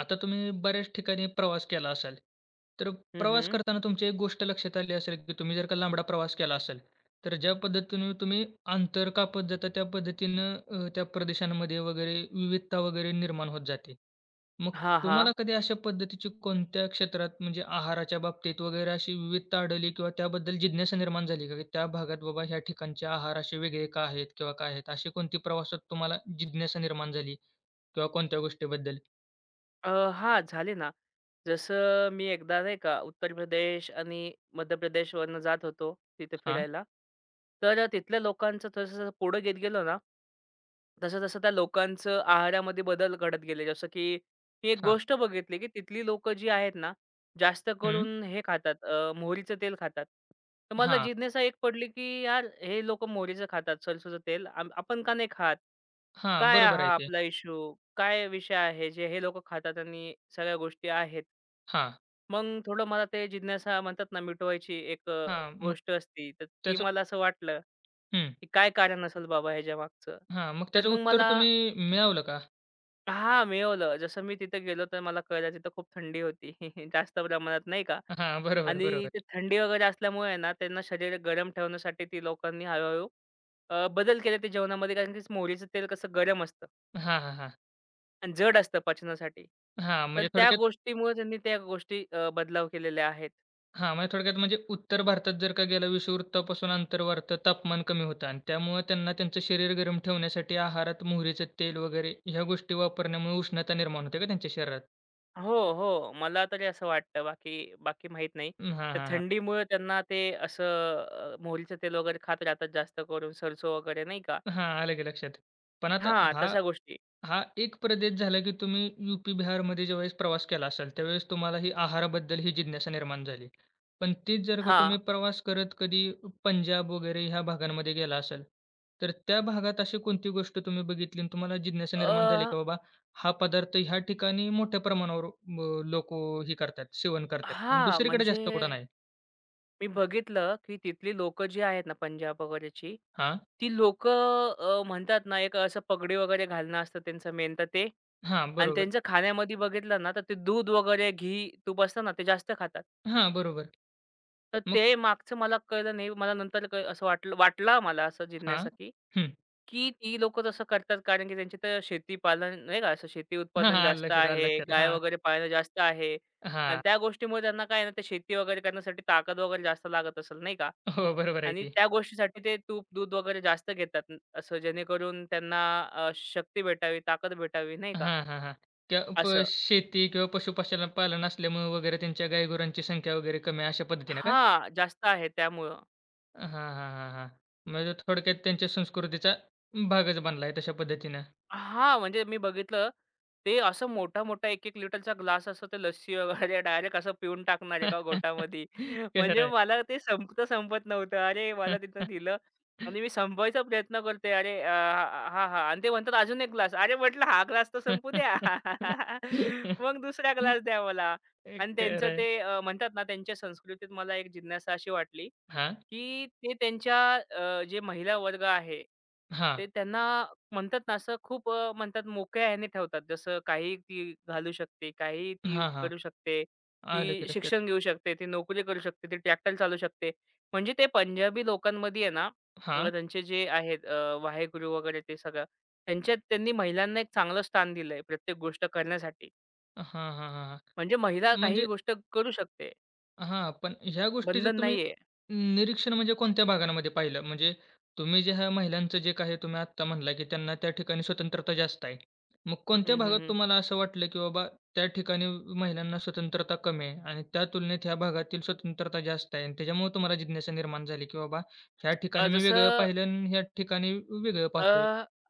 आता तुम्ही बऱ्याच ठिकाणी प्रवास केला असाल, तर हं, प्रवास हं. करताना तुमची एक गोष्ट लक्षात आली असेल, की तुम्ही जर का लांबडा प्रवास केला असेल, तर ज्या पद्धतीने तुम्ही अंतर कापत जाता त्या पद्धतीनं त्या प्रदेशांमध्ये वगैरे विविधता वगैरे निर्माण होत जाते. मग हां, तुम्हाला कधी अशा पद्धतीची कोणत्या क्षेत्रात म्हणजे आहाराच्या बाबतीत वगैरे अशी विविधता आढळली किंवा त्याबद्दल जिज्ञासा निर्माण झाली का? की त्या भागात बाबा ह्या ठिकाणचे आहार असे वेगळे का आहेत किंवा काय आहेत? अशी कोणती प्रवासात तुम्हाला जिज्ञासा निर्माण झाली किंवा कोणत्या गोष्टीबद्दल? अ, हां, झाले ना. जसं मी एकदा नाही का उत्तर प्रदेश आणि मध्य प्रदेशवरनं जात होतो तिथे हां, फिरायला. तर तिथल्या लोकांचं थोडंसं पुढं घेत गेलो ना जसं-जसं त्या लोकांचं आहारामध्ये बदल घडत गेले. जसं की मी एक हां. गोष्ट बघितली, की तिथली लोक जी आहेत ना, जास्त हं. करून हे खातात मोहरीचं तेल खातात. तर मला हां, जिज्ञासा एक पडली, की यार हे लोकं मोहरीचं खातात, सरसोचं तेल. आपण का नाही खात? हां. काय हा बरोबर आहे हा ते. आपला इश्यू? काय विषय आहे जे हे लोकं खातात आणि सगळ्या गोष्टी आहेत? हां, मग थोडं मला ते जिज्ञासा म्हणतात ना, मिटवायची एक हां. मग गोष्ट असती. तर ती त्याचं मला असं वाटलं. हं. की काय कारण असेल बाबा ह्याच्या मागचं? हां, मग तर त्याचं मग उत्तर मला तुम्ही मिळवलं का? हां, मिळवलं. जसं मी तिथे गेलो तर मला कळलं तिथं खूप थंडी होती. जास्त प्रमाणात नाही का हां, बरोबर, आणि बरोबर. ते थंडी वगैरे असल्यामुळे आहे ना त्यांना शरीर गरम ठेवण्यासाठी ती लोकांनी हळू-हळू बदल केले ते जेवणामध्ये कारण की मोहरीचं तेल कसं गरम असतं हां, हां, हां. आणि जड असतं पचनासाठी. हां, तर म्हणजे त्या थोडक्यात गोष्टीमुळे त्यांनी त्या गोष्टी बदलाव केलेल्या आहेत. हां, म्हणजे थोडक्यात म्हणजे उत्तर भारतात जर का गेला विषुववृत्तापासून अंतर वाढतं, तापमान कमी होतं आणि त्यामुळं त्यांना त्यांचं शरीर गरम ठेवण्यासाठी आहारात मोहरीचं तेल वगैरे ह्या गोष्टी वापरण्यामुळे उष्णता निर्माण होते का त्यांच्या शरीरात? हो, हो. मला तरी असं वाटतं. बाकी बाकी माहीत नाही. हां, हां, तर हां. थंडीमुळे त्यांना ते असं मोहरीचं तेल वगैरे खात राहतात जास्त करून सरसो वगैरे नाही का? हां, आलं की लक्षात. पण आता हां, हा तशा गोष्टी. हा एक प्रदेश झाला, की तुम्ही यूपी, बिहारमध्ये ज्यावेळेस प्रवास केला असाल, त्यावेळेस तुम्हाला ही आहाराबद्दल ही जिज्ञासा निर्माण झाली. पण तीच जर का तुम्ही हां. प्रवास करत कधी पंजाब वगैरे ह्या भागांमध्ये गेला असाल, तर त्या भागात अशी कोणती गोष्ट तुम्ही बघितली आणि तुम्हाला जिज्ञासा निर्माण झाली, अ, की बाबा हा पदार्थ ह्या ठिकाणी मोठ्या प्रमाणावर लोकं करतात, सेवन करतात. पण हां, दुसरीकडे म्हणजे जास्त कुठं नाही. मी बघितलं, की तिथली लोकं जी आहेत ना पंजाब वगैरेची, हां, ती लोक म्हणतात ना एक असं पगडी वगैरे घालणं असतं त्यांचं मेन तर ते हां, आणि बरोबर. त्यांच्या खाण्यामध्ये बघितलं ना, तर ते दूध वगैरे, घी, तूप असतं ना, ते जास्त खातात. हां, बरोबर. तर मग ते मागचं मला कळलं नाही. मला नंतर असं वाटला मला असं हां. जिज्ञासा की, हं. की ती लोकं तसं करतात कारण की त्यांची तर शेती-पालन नाही का, असं शेती हां, उत्पादन हां. आलं जास्त लक्षात, आलं आहे, लक्षात. गाय हां, वगैरे पाळणं जास्त आहे आणि हां. त्या गोष्टीमुळे त्यांना काय आहे ना, ते शेती वगैरे करण्यासाठी ताकद वगैरे जास्त लागत असेल नाही का हो, बरोबर आहे आणि की. त्या गोष्टीसाठी ते तूप, दूध वगैरे जास्त घेतात न- असं जेणेकरून त्यांना शक्ती भेटावी, ताकद भेटावी नाही का हां, हां, हां. त्या प असं. शेती किंवा पशुपालन पालन असल्यामुळे वगैरे त्यांच्या गायगुरांची संख्या वगैरे कमी आहे, अशा पद्धतीने का? हां, जास्त आहे त्यामुळं. हां, हां, हां, हां. म्हणजे थोडक्यात त्यांच्या संस्कृतीचा भागच बनला तशा पद्धतीनं. हां, म्हणजे मी बघितलं, ते असं मोठा-मोठा 1-1 लिटरचा ग्लास असं ते लस्सी वगैरे डायरेक्ट असं पिऊन टाकणार एका घोटामध्ये. खरं म्हणजे आहे. मला ते संपत नव्हतं. अरे, मला तिथं दिलं आणि मी संपवायचा प्रयत्न करतोय. अरे, हां, हां, हां आणि ते म्हणतात अजून 1 ग्लास. अरे, म्हटलं हा ग्लास तर संपू द्या. मग दुसरा ग्लास द्या मला आणि त्यांचं ते म्हणतात ना, त्यांच्या संस्कृतीत मला एक जिज्ञासा अशी वाटली, हां, की ते त्यांच्या जे महिला वर्ग आहे, ते हां. त्यांना म्हणतात ना असं खूप म्हणतात मोकळ्या ह्याने ठेवतात. जसं काहीही ती घालू शकते, काहीही ती हां, हां. करू शकते. आलं की ती लक्षात. शिक्षण घेऊ शकते, ती नोकरी करू शकते, ती ट्रॅक्टर चालू शकते. म्हणजे ते पंजाबी लोकांमध्ये आहे ना, अ, हां. त्यांचे जे आहेत अ, वाहेगुरू वगैरे ते सगळं, त्यांच्यात त्यांनी महिलांना एक चांगलं स्थान दिलंय प्रत्येक गोष्ट करण्यासाठी. हां, हां, हां, हां. म्हणजे महिला काहीही म्हणजे गोष्ट करू शकते. हां, पण ह्या गोष्टीचं बंधन तुम्ही नाहीये. निरीक्षण म्हणजे कोणत्या भागांमध्ये पाहिलं? म्हणजे तुम्ही जे ह्या महिलांचं जे काही तुम्ही आत्ता म्हणला, की त्यांना त्या ठिकाणी स्वतंत्रता जास्त आहे. मग कोणत्या हं, हं, भागात हं. तुम्हाला असं वाटलं, की बाबा त्या ठिकाणी महिलांना स्वतंत्रता कमी आहे आणि त्या तुलनेत ह्या भागातील स्वतंत्रता जास्त आहे आणि त्याच्यामुळे तुम्हाला जिज्ञासा निर्माण झाली, की बाबा ह्या अ, ठिकाणी मी जसं वेगळं पाहिलं आणि ह्या ठिकाणी वेगळं अ, पाहतोय.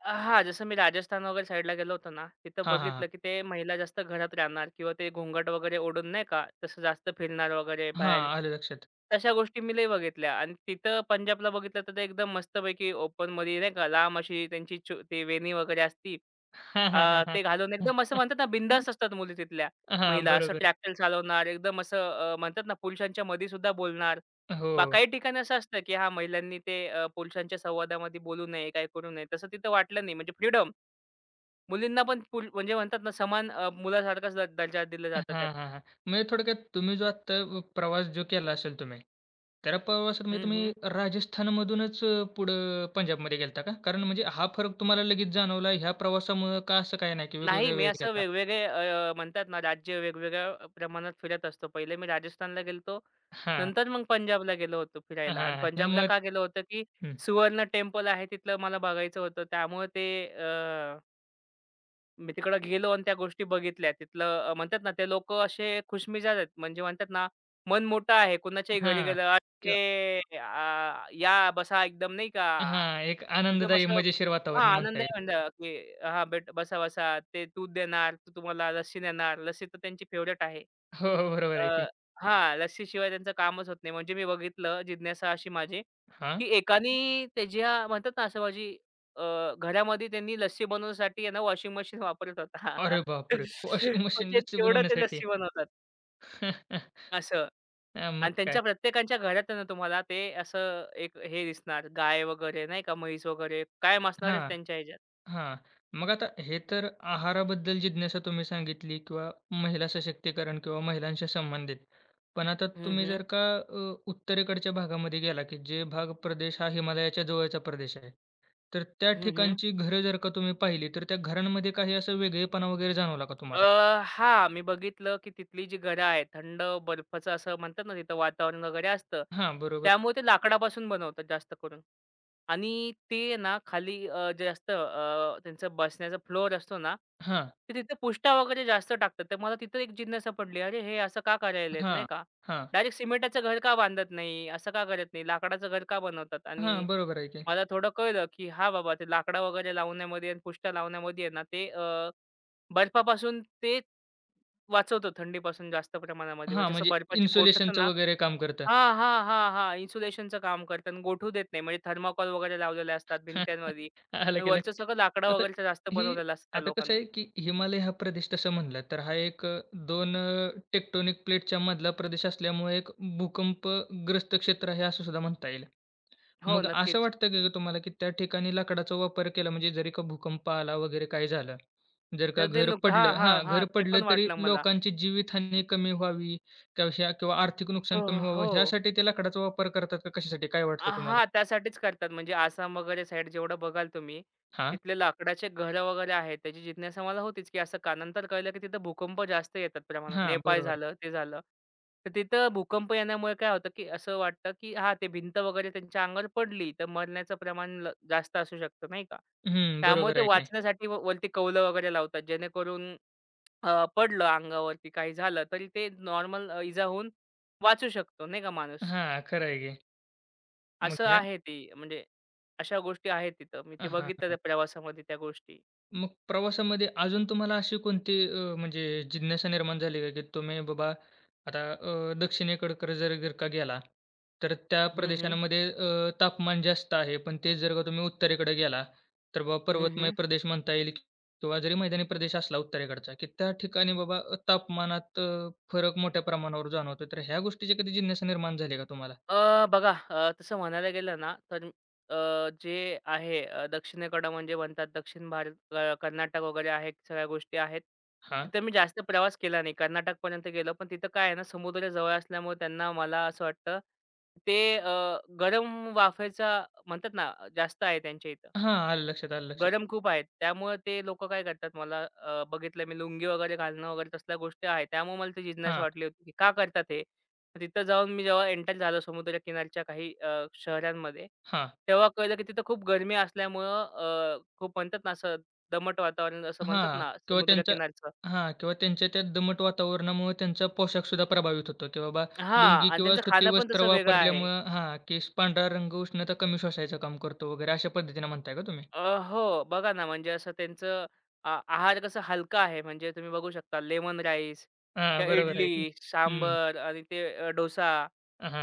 हां, जसं मी राजस्थान वगैरे साईडला गेलो होतो ना, तिथं हां, हां, हां. बघितलं की ते महिला जास्त घरात राहणार किंवा ते घोंगट वगैरे ओढून नाही का, तसं जास्त फिरणार वगैरे हां, बाहेर. आलं लक्षात. तशा गोष्टी मी लय बघितल्या आणि तिथं पंजाबला बघितलं तर ते एकदम मस्तपैकी ओपनमध्ये नाही का लांब अशी त्यांची ती वेणी वगैरे असती. हां, हां, हां, हां. ते घालून एकदम असं म्हणतात ना, बिंदास असतात मुली तिथल्या हां, महिला. असं बरोबर. ट्रॅक्टर चालवणार, एकदम असं म्हणतात ना, पुरुषांच्या मध्ये सुद्धा बोलणार. हो. काही ठिकाणी असं असतं, की हां, महिलांनी ते पुरुषांच्या संवादामध्ये बोलू नये, काय करू नये. तसं तिथं वाटलं नाही. म्हणजे फ्रीडम. मुलींना पण म्हणजे म्हणतात ना, समान मुलासारखाच दर्जा दिला हां, जातो त्यात. हां, हां. म्हणजे थोडक्यात तुम्ही जो आत्ता प्रवास जो केला असेल तुम्ही, त्या प्रवासात म्हणजे हं, हं. तुम्ही राजस्थानमधूनच पुढं पंजाबमध्ये गेला का? कारण म्हणजे हा फरक तुम्हाला लगेच जाणवला ह्या प्रवासामुळं का असं काही नाही की नाही, वेगवेगळ्या मी वेळेस असं गेला वेगवेगळे म्हणतात ना, राज्य वेगवेगळ्या प्रमाणात फिरत असतो. पहिले मी राजस्थानला गेलो हां, नंतर मग पंजाबला गेलो होतो फिरायला आणि हां. पंजाबला त्यामुळे का गेलो होतो, की हं. सुवर्ण टेम्पल आहे तिथलं मला बघायचं होतं. त्यामुळे ते मी तिकडे गेलो आणि त्या गोष्टी बघितल्या. तिथलं म्हणतात ना, ते लोकं असे खुशमिजाज आहेत. म्हणजे म्हणतात ना, मन मोठं आहे. कुणाच्याही घरी हां. गेलं, किंवा "अरे! आ या, बसा." एकदम नाही का हां, एक एकदम आनंददायी असं मजेशीर हां, वातावरण म्हणता आनंद आहे येईल. म्हणलं, की हां, बेट बसा-बसा ते दूध देणार, तो तुम्हाला लस्सी देणार. लस्सी तर त्यांची फेव्हरेट आहे. हो, हो. बरोबर आहे अ, की. हां, लस्सीशिवाय त्यांचं कामच होत नाही. म्हणजे मी बघितलं जिज्ञासा अशी माझी, हां. की एकानी त्याच्या म्हणतात ना, असं माझी अ, घरामध्ये त्यांनी लस्सी बनवण्यासाठी आहे ना, वॉशिंग मशीन वापरत होता. अरे बापरे! वॉशिंग मशीन म्हणजे लस्सी तेवढं ते बनवण्यासाठी. लस्सी बनवतात असं. हां, मग आणि काय. त्यांच्या प्रत्येकाच्या घरात आहे ना, तुम्हाला ते असं एक हे दिसणार गाय वगैरे नाही का, म्हैस वगैरे कायम असणारच हां. त्यांच्या ह्याच्यात. हां. मग आता हे तर आहाराबद्दल जिज्ञासा तुम्ही सांगितली किंवा महिला सशक्तीकरण किंवा महिलांशी संबंधित. पण आता Hı तुम्ही hı. जर का उत्तरेकडच्या भागामध्ये गेला, की जे भाग प्रदेश हा हिमालयाच्या जवळचा प्रदेश आहे. तर त्या Hı hı. ठिकाणची घरं जर का तुम्ही पाहिली, तर त्या घरांमध्ये काही असं वेगळेपणा वगैरे जाणवला का अ, तुम्हाला? हां, मी बघितलं, की तिथली जी घरं आहेत, थंड बर्फाचं असं म्हणतात ना, तिथं वातावरण वगैरे असतं. हां, बरोबर. त्यामुळे ते लाकडापासून बनवतात जास्त करून आणि ते ना खाली जे असतं त्यांचा बसण्याचा फ्लोअर असतो ना, हां, ते तिथे पुष्ठा वगैरे जास्त टाकतात. तर मला तिथं एक जिज्ञासा पडली, "अरे, हे असं का करायलेत?" नाही हां, का. हां, डायरेक्ट सिमेंटाचं घर का बांधत नाही? असं का करत नाही? लाकडाचं घर का बनवतात? हां, आणि बरोबर आहे की. मला थोडं कळलं, की हां, बाबा, ते लाकडं वगैरे लावण्यामध्ये आणि पुष्ठा लावण्यामध्ये आहे ना, ते बर्फापासून ते वाचवतं थंडीपासून जास्त प्रमाणामध्ये. हां, म्हणजे असं म्हणजे बर्फाची गोठतं इन्सुलेशनचं ना वगैरे काम करतं. हां, हां, हां, हां. इन्सुलेशनचं काम करतं आणि गोठू देत नाही. म्हणजे थर्माकॉल वगैरे लावलेले असतात भिंत्यांमध्ये. आलं आणि गेलं. वरचं सगळं लाकडं आता वगैरेचं जास्त ही बनवलेलं असतं त्या आता कसं लोकांनी. आहे, की हिमालय हा प्रदेश तसं म्हणला तर हा एक 2 टेक्टोनिक प्लेटच्या मधला प्रदेश असल्यामुळे एक भूकंपग्रस्त क्षेत्र आहे असं सुद्धा म्हणता येईल. हो, मग असं नक्कीच. वाटतं का ग तुम्हाला, की त्या ठिकाणी लाकडाचा वापर केला म्हणजे जरी का भूकंप आला वगैरे काय झालं, जर का तर ते घर हां, पडलं हां, हां, हां. घर ते पडलं पण तरी वाटलं मला. लोकांची जीवितहानी कमी व्हावी किंवा ह्या किंवा आर्थिक अ, नुकसान कमी व्हावं हो. ह्यासाठी ते लाकडाचा वापर करतात का कशासाठी? काय वाटतं तुम्हाला? हां, त्यासाठीच करतात. म्हणजे आसाम वगैरे साईड जेवढं बघाल तुम्ही, हां, तिथले लाकडाचे घरं वगैरे आहेत, त्याची जिज्ञासा मला होतीच, की असं का? नंतर कळलं, की तिथं भूकंप जास्त येतात प्रमाणात. हां, नेपाळ बरोबर. झालं, ते झालं. तर तिथं भूकंप येण्यामुळे काय होतं, की असं वाटतं, की हां, ते भिंत वगैरे त्यांच्या अंगावर पडली, तर मरण्याचं प्रमाण जास्त असू शकतं, नाही का? हं, त्यामुळे बरोबर ते आहे की. वाचण्यासाठी वरती कौलं वगैरे लावतात, जेणेकरून पडलं अंगावरती काही झालं, तरी ते नॉर्मल इजा होऊन वाचू शकतो, नाही का माणूस? हां, खरं आहे की. मग असं ह्या आहे ते म्हणजे अशा गोष्टी आहेत तिथं. मी ते हां, हां, बघितलं हां. त्या प्रवासामध्ये त्या गोष्टी. मग प्रवासामध्ये अजून तुम्हाला अशी कोणती म्हणजे जिज्ञासा निर्माण झाली का, की तुम्ही बाबा आता दक्षिणेकडे जर जर का गेला, तर त्या हं, हं. प्रदेशांमध्ये तापमान जास्त आहे. पण तेच जर का तुम्ही उत्तरेकडे गेला, तर बाबा हं, पर्वतमय हं. प्रदेश म्हणता येईल किंवा जरी मैदानी प्रदेश असला उत्तरेकडचा, की त्या ठिकाणी बाबा तापमानात फरक मोठ्या प्रमाणावर जाणवतो. तर ह्या गोष्टीची कधी जिज्ञासा निर्माण झाली का तुम्हाला? अ, बघा तसं म्हणायला गेलं ना, तर अ, जे आहे दक्षिणेकडं म्हणजे म्हणतात दक्षिण भारत कर्नाटक वगैरे आहेत, सगळ्या गोष्टी आहेत. हां. तिथं मी जास्त प्रवास केला नाही. कर्नाटकपर्यंत गेलो. पण तिथं काय आहे ना, समुद्र जवळ असल्यामुळे त्यांना मला असं वाटतं, ते गरम वाफेचा म्हणतात ना, जास्त आहे त्यांच्या इथं. हां, आलं लक्षात, आलं लक्षात. गरम खूप आहेत. त्यामुळे ते लोकं काय करतात मला बघितलं मी लुंगी वगैरे घालणं वगैरे तसल्या गोष्टी आहेत. त्यामुळे मला ती जिज्ञासा हां. वाटली होती, की का करतात हे? तिथं जाऊन मी जेव्हा एंटर झालो समुद्रकिनारच्या काही शहरांमध्ये, हां, तेव्हा कळलं की तिथं खूप गरमी असल्यामुळं खूप म्हणतात ना असं दमट वातावरण असं म्हणतात हां. ना किंवा त्यांच्या समुद्रकिनारचं हां. किंवा त्यांच्या त्या दमट वातावरणामुळे त्यांचा पोशाखसुद्धा प्रभावित होतो, की बाबा हां. लुंगी आणि किंवा त्यांचं सुती खाणं पण वस्त्र तसं वेगळं आहे. वापरल्यामुळं हां, की पांढरा रंग उष्णता कमी शोषायचं काम करतो वगैरे अशा पद्धतीनं म्हणताय का तुम्ही? अ, हो. बघा ना, म्हणजे असं त्यांचं आहार कसं हलका आहे. म्हणजे तुम्ही बघू शकता लेमन राईस हां, किंवा बरोबर आहे की. इडली, हं. सांबर आणि ते डोसा.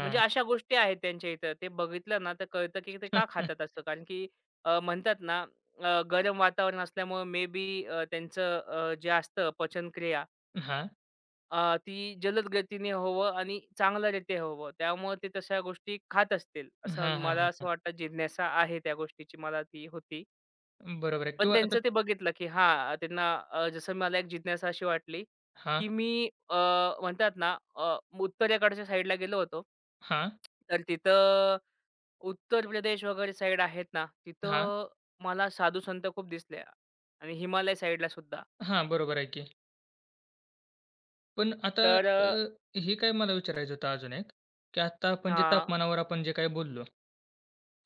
म्हणजे अशा गोष्टी आहेत त्यांच्या इथं. ते बघितलं ना, तर कळतं की ते का खातात अ, असं. कारण की म्हणतात ना, गरम वातावरण असल्यामुळे मे बी त्यांचं जे असतं पचनक्रिया हां. ती जलद गतीने होवं आणि चांगल्यारीत्या होवं. त्यामुळे ते तशा गोष्टी खात असतील, असं हां, मला हां, असं हां. वाटतं. जिज्ञासा आहे त्या गोष्टीची, मला ती होती. बरोबर आहे पण किंवा आता त्यांचं ते बघितलं, की हां, त्यांना जसं मला एक जिज्ञासा अशी वाटली, हां, की मी म्हणतात ना उत्तरेकडच्या साईडला गेलो होतो. हां, तर तिथं उत्तर प्रदेश वगैरे साईड आहेत ना, हां, तिथं मला साधू संत खूप दिसले आणि हिमालय साईडला सुद्धा. हां. बरोबर आहे की. पण आता तर हे काय मला विचारायचं होतं अजून एक, की आता आपण जे हां. तापमानावर आपण जे काही बोललो,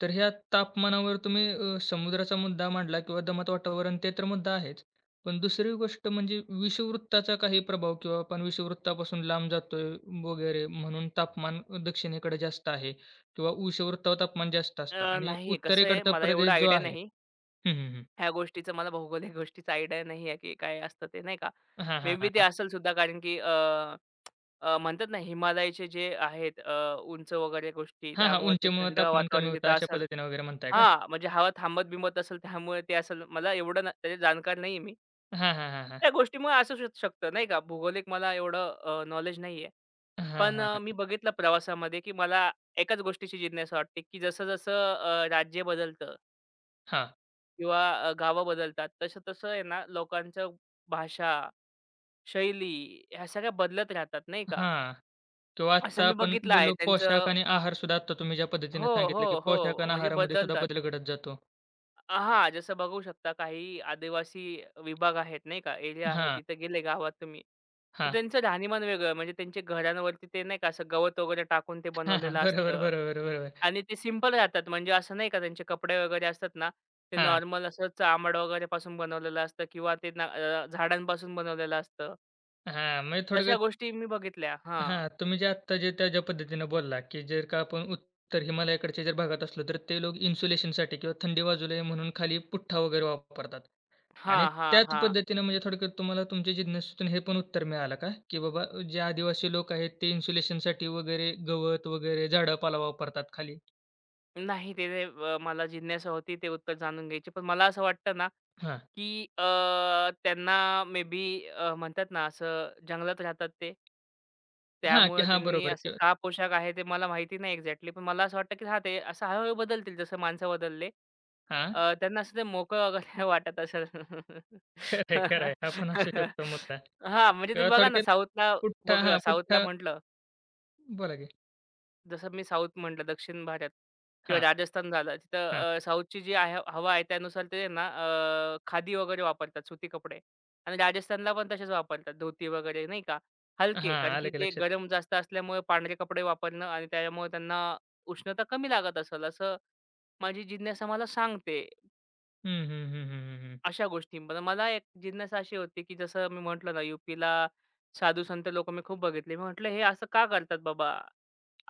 तर ह्या तापमानावर तुम्ही समुद्राचा मुद्दा मांडला किंवा दमट वातावरण ते तर मुद्दा आहेच. पण दुसरी गोष्ट म्हणजे विषुववृत्ताचा काही प्रभाव किंवा आपण विषुववृत्तापासून लांब जातोय वगैरे म्हणून तापमान दक्षिणेकडे जास्त आहे किंवा विषुववृत्तावर तापमान जास्त असतं आणि नाही कसं आहे उत्तरेकडचा मला एवढा प्रदेश जो आयडिया आहे नाही. हं, हं, हं. ह्या गोष्टीचं मला भौगोलिक गोष्टीचा आयडिया नाही आहे, की काय असतं ते नाही का? हां, हां, मे हां, बी ते हां. असेल सुद्धा कारण की म्हणतात ना हिमालयाचे जे आहेत उंच वगैरे गोष्टी हां, हां. त्यामुळे ते उंचीमुळं थंड तापमान कमी वातावरण होतं तिथं अशा असेल पद्धतीनं वगैरे म्हणताय का? हां, म्हणजे हवा थांबत-बिंबत असेल त्यामुळे ते असेल. मला एवढं ना त्याचे जाणकार नाही मी. हां, हां, हां, हां. त्या गोष्टीमुळे असू शकतं नाही का. भूगोलिक मला एवढं नॉलेज नाही हां, पण मी हां. बघितलं प्रवासामध्ये, की मला एकाच गोष्टीची जिज्ञासा वाटते, की जसं-जसं राज्य बदलतं हां, किंवा गावं बदलतात, तसं-तसं आहे ना लोकांचं भाषा, शैली ह्या सगळ्या बदलत राहतात नाही का. हां. किंवा असं आत्ता मी आपण बघितलं आहे बोललो पोशाख त्यांचं आणि आहारसुद्धा आत्ता तुम्ही ज्या पद्धतीने हो, हो, सांगितलं, की पोशाख हो. आणि म्हणजे आहारामध्ये सुद्धा बदलतात. बदल घडत जातो. हां, जसं बघू शकता काही आदिवासी विभाग आहेत नाही का, एरिया आहे हां, तिथे गेले गावात तुम्ही, तर हां. त्यांचं राहणीमान वेगळं म्हणजे त्यांच्या घरांवरती ते नाही का असं गवत वगैरे टाकून ते हां, हां. बनवलेलं बरोबर, असतं बरोबर, बरोबर. आणि ते सिंपल राहतात म्हणजे असं नाही का त्यांचे कपडे वगैरे असतात ना, ते हां, नॉर्मल असं चामड वगैरेपासून बनवलेलं असतं किंवा ते ना झाडांपासून बनवलेलं असतं. हां. म्हणजे तशा थोडक्यात गोष्टी मी बघितल्या. हां. हां, तुम्ही जे आत्ता जे त्या ज्या पद्धतीनं बोलला, की जर का आपण उत्तर हिमालयाकडच्या जर भागात असलो, तर ते लोक इन्सुलेशनसाठी किंवा थंडी वाजू नये म्हणून खाली पुठ्ठा वगैरे वापरतात. हां, आणि हां, त्याच हां. पद्धतीनं म्हणजे थोडक्यात तुम्हाला तुमच्या जिज्ञासेतून हे पण उत्तर मिळालं का? की बाबा जे आदिवासी लोक आहेत ते इन्सुलेशनसाठी वगैरे गवत वगैरे झाडं-पाला वापरतात खाली. नाही ते ते, अ, मला जिज्ञासा होती ते उत्तर जाणून घ्यायची. पण मला असं वाटतं ना, हां. की त्यांना मे बी म्हणतात ना असं जंगलात राहतात ते. हां, की त्यामुळे हां, त्यांनी बरोबर असं किंवा का पोशाख आहे ते मला माहिती नाही एक्झॅक्टली. पण मला असं वाटतं, की हां, ते असं हळू-हळू बदलतील जसं माणसं बदलले. हां, त्यांना असं ते मोकळं वगैरे वाटत असेल. खरं आहे, खरं आहे. हा पण असू शकतो मुद्दा हां, म्हणजे तुम्ही किंवा बघा ना थोडक्यात साऊथला पुठ्ठा बघा हां, साऊथला पुठ्ठा म्हटलं बोला की. जसं मी साऊथ म्हटलं, दक्षिण भारत किंवा हां, राजस्थान झालं. हां. तिथं साऊथची जी आहे हवा आहे त्यानुसार ते ना खादी वगैरे वापरतात, सुती कपडे आणि राजस्थानला पण तसेच वापरतात, धोती वगैरे नाही का, हलके. हां, कारण आलं की की ते लक्षात. गरम जास्त असल्यामुळे पांढरे कपडे वापरणं आणि त्यामुळे त्यांना उष्णता कमी लागत असेल, असं माझी जिज्ञासा मला सांगते. हं, हं, हं, हं, हं, हं. अशा गोष्टी. पण मला एक जिज्ञासा अशी होती, की जसं मी म्हटलं ना, यूपीला साधू-संत लोकं मी खूप बघितले. मी म्हटलं, "हे असं का करतात बाबा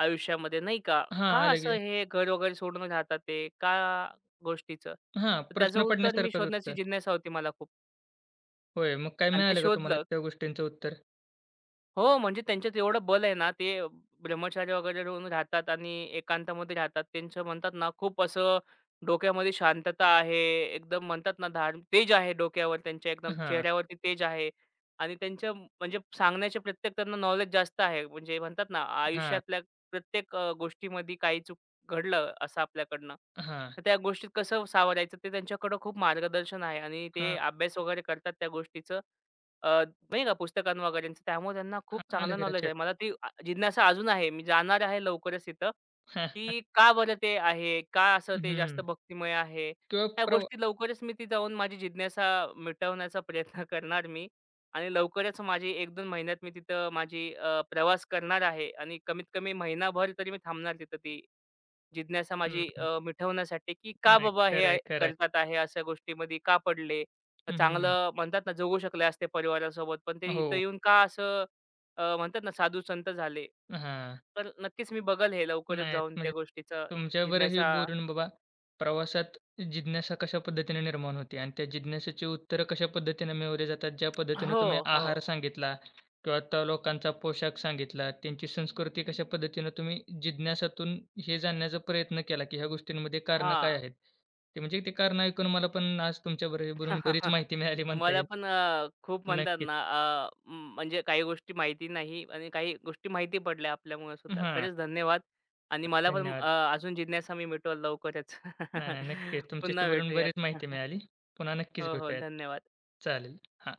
आयुष्यामध्ये?" नाही का? हां, का आलं असं की. हे घर वगैरे सोडून राहतात ते? का गोष्टीचं? हां, तर त्याचं प्रश्न उत्तर मी पडण्यासारखंच शोधण्याची उत्तर. जिज्ञासा होती मला खूप. होय, मग काय आणि ते मिळालं का तुम्हाला शोधलं. त्या गोष्टींचं उत्तर? हो, म्हणजे त्यांच्यात एवढं बल आहे ना, ते ब्रह्मचारी वगैरे होऊन राहतात आणि एकांतामध्ये राहतात. त्यांचं म्हणतात ना, खूप असं डोक्यामध्ये शांतता आहे. एकदम म्हणतात ना, धार्म तेज आहे डोक्यावर त्यांच्या, एकदम हां, चेहऱ्यावरती तेज आहे आणि त्यांच्या म्हणजे सांगण्याचे प्रत्येक त्यांना नॉलेज जास्त आहे. म्हणजे म्हणतात ना, हां, आयुष्यातल्या प्रत्येक गोष्टीमध्ये काही चूक घडलं असं आपल्याकडनं, हां, तर त्या गोष्टीत कसं सावरायचं ते त्यांच्याकडं खूप मार्गदर्शन आहे आणि ते हां, अभ्यास वगैरे करतात त्या गोष्टीचं. नाही का पुस्तकां वगैरेंचं. त्यामुळे त्यांना खूप हां, आलं चांगलं की नॉलेज लक्षात. आहे. मला ती जिज्ञासा अजून आहे. मी जाणार आहे लवकरच तिथं, की का बरं ते आहे? का असं ते जास्त हं. भक्तिमय आहे? किंवा ह्या प्रव गोष्टी लवकरच मी ती जाऊन माझी जिज्ञासा मिटवण्याचा प्रयत्न करणार मी आणि लवकरच माझी 1-2 महिन्यात मी तिथं माझी प्रवास करणार आहे आणि कमीत कमी महिनाभर तरी मी थांबणार तिथं ती जिज्ञासा हं, माझी हं. मिटवण्यासाठी, की का नाही, बाबा हे खरं आहे आहे, खरं आहे. करतात आहे, अशा गोष्टीमध्ये का पडले? हं, चांगलं म्हणतात ना जगू शकले असते परिवारासोबत, पण ते हो. इथं येऊन का असं म्हणतात ना साधू संत झाले. हां. तर नक्कीच मी बघेल हे लवकरच नाही जाऊन त्या म्हणजे गोष्टीचं तुमच्याबरोबरही जिज्ञासा बोलून बाबा प्रवासात जिज्ञासा कशा पद्धतीने निर्माण होते आणि त्या जिज्ञासेची उत्तरं कशा पद्धतीने मिळवली जातात, ज्या पद्धतीनं हो, तुम्ही हो. आहार सांगितला किंवा त्या लोकांचा पोशाख सांगितला, त्यांची संस्कृती कशा पद्धतीनं तुम्ही जिज्ञासातून हे जाणण्याचा प्रयत्न केला, की ह्या गोष्टींमध्ये कारणं काय हां. आहेत? ते म्हणजे ते कारणं ऐकून मला पण आज तुमच्याबरोबर बोलून बरीच माहिती मिळाली म्हणता मला येईल. पण खूप म्हणतात नक्कीच. ना म्हणजे काही गोष्टी माहिती नाही आणि काही गोष्टी माहिती पडल्या आपल्यामुळे सुद्धा हां, खरंच धन्यवाद आणि मला पण धन्यवाद. अजून जिज्ञासा मी मिटवल लवकरच नाही, नाही, नक्कीच. तुमच्याशी पुन्हा बोलून भेटूयात बरीच माहिती मिळाली. पुन्हा नक्कीच हो हो भेटूयात. धन्यवाद चालेल. हां.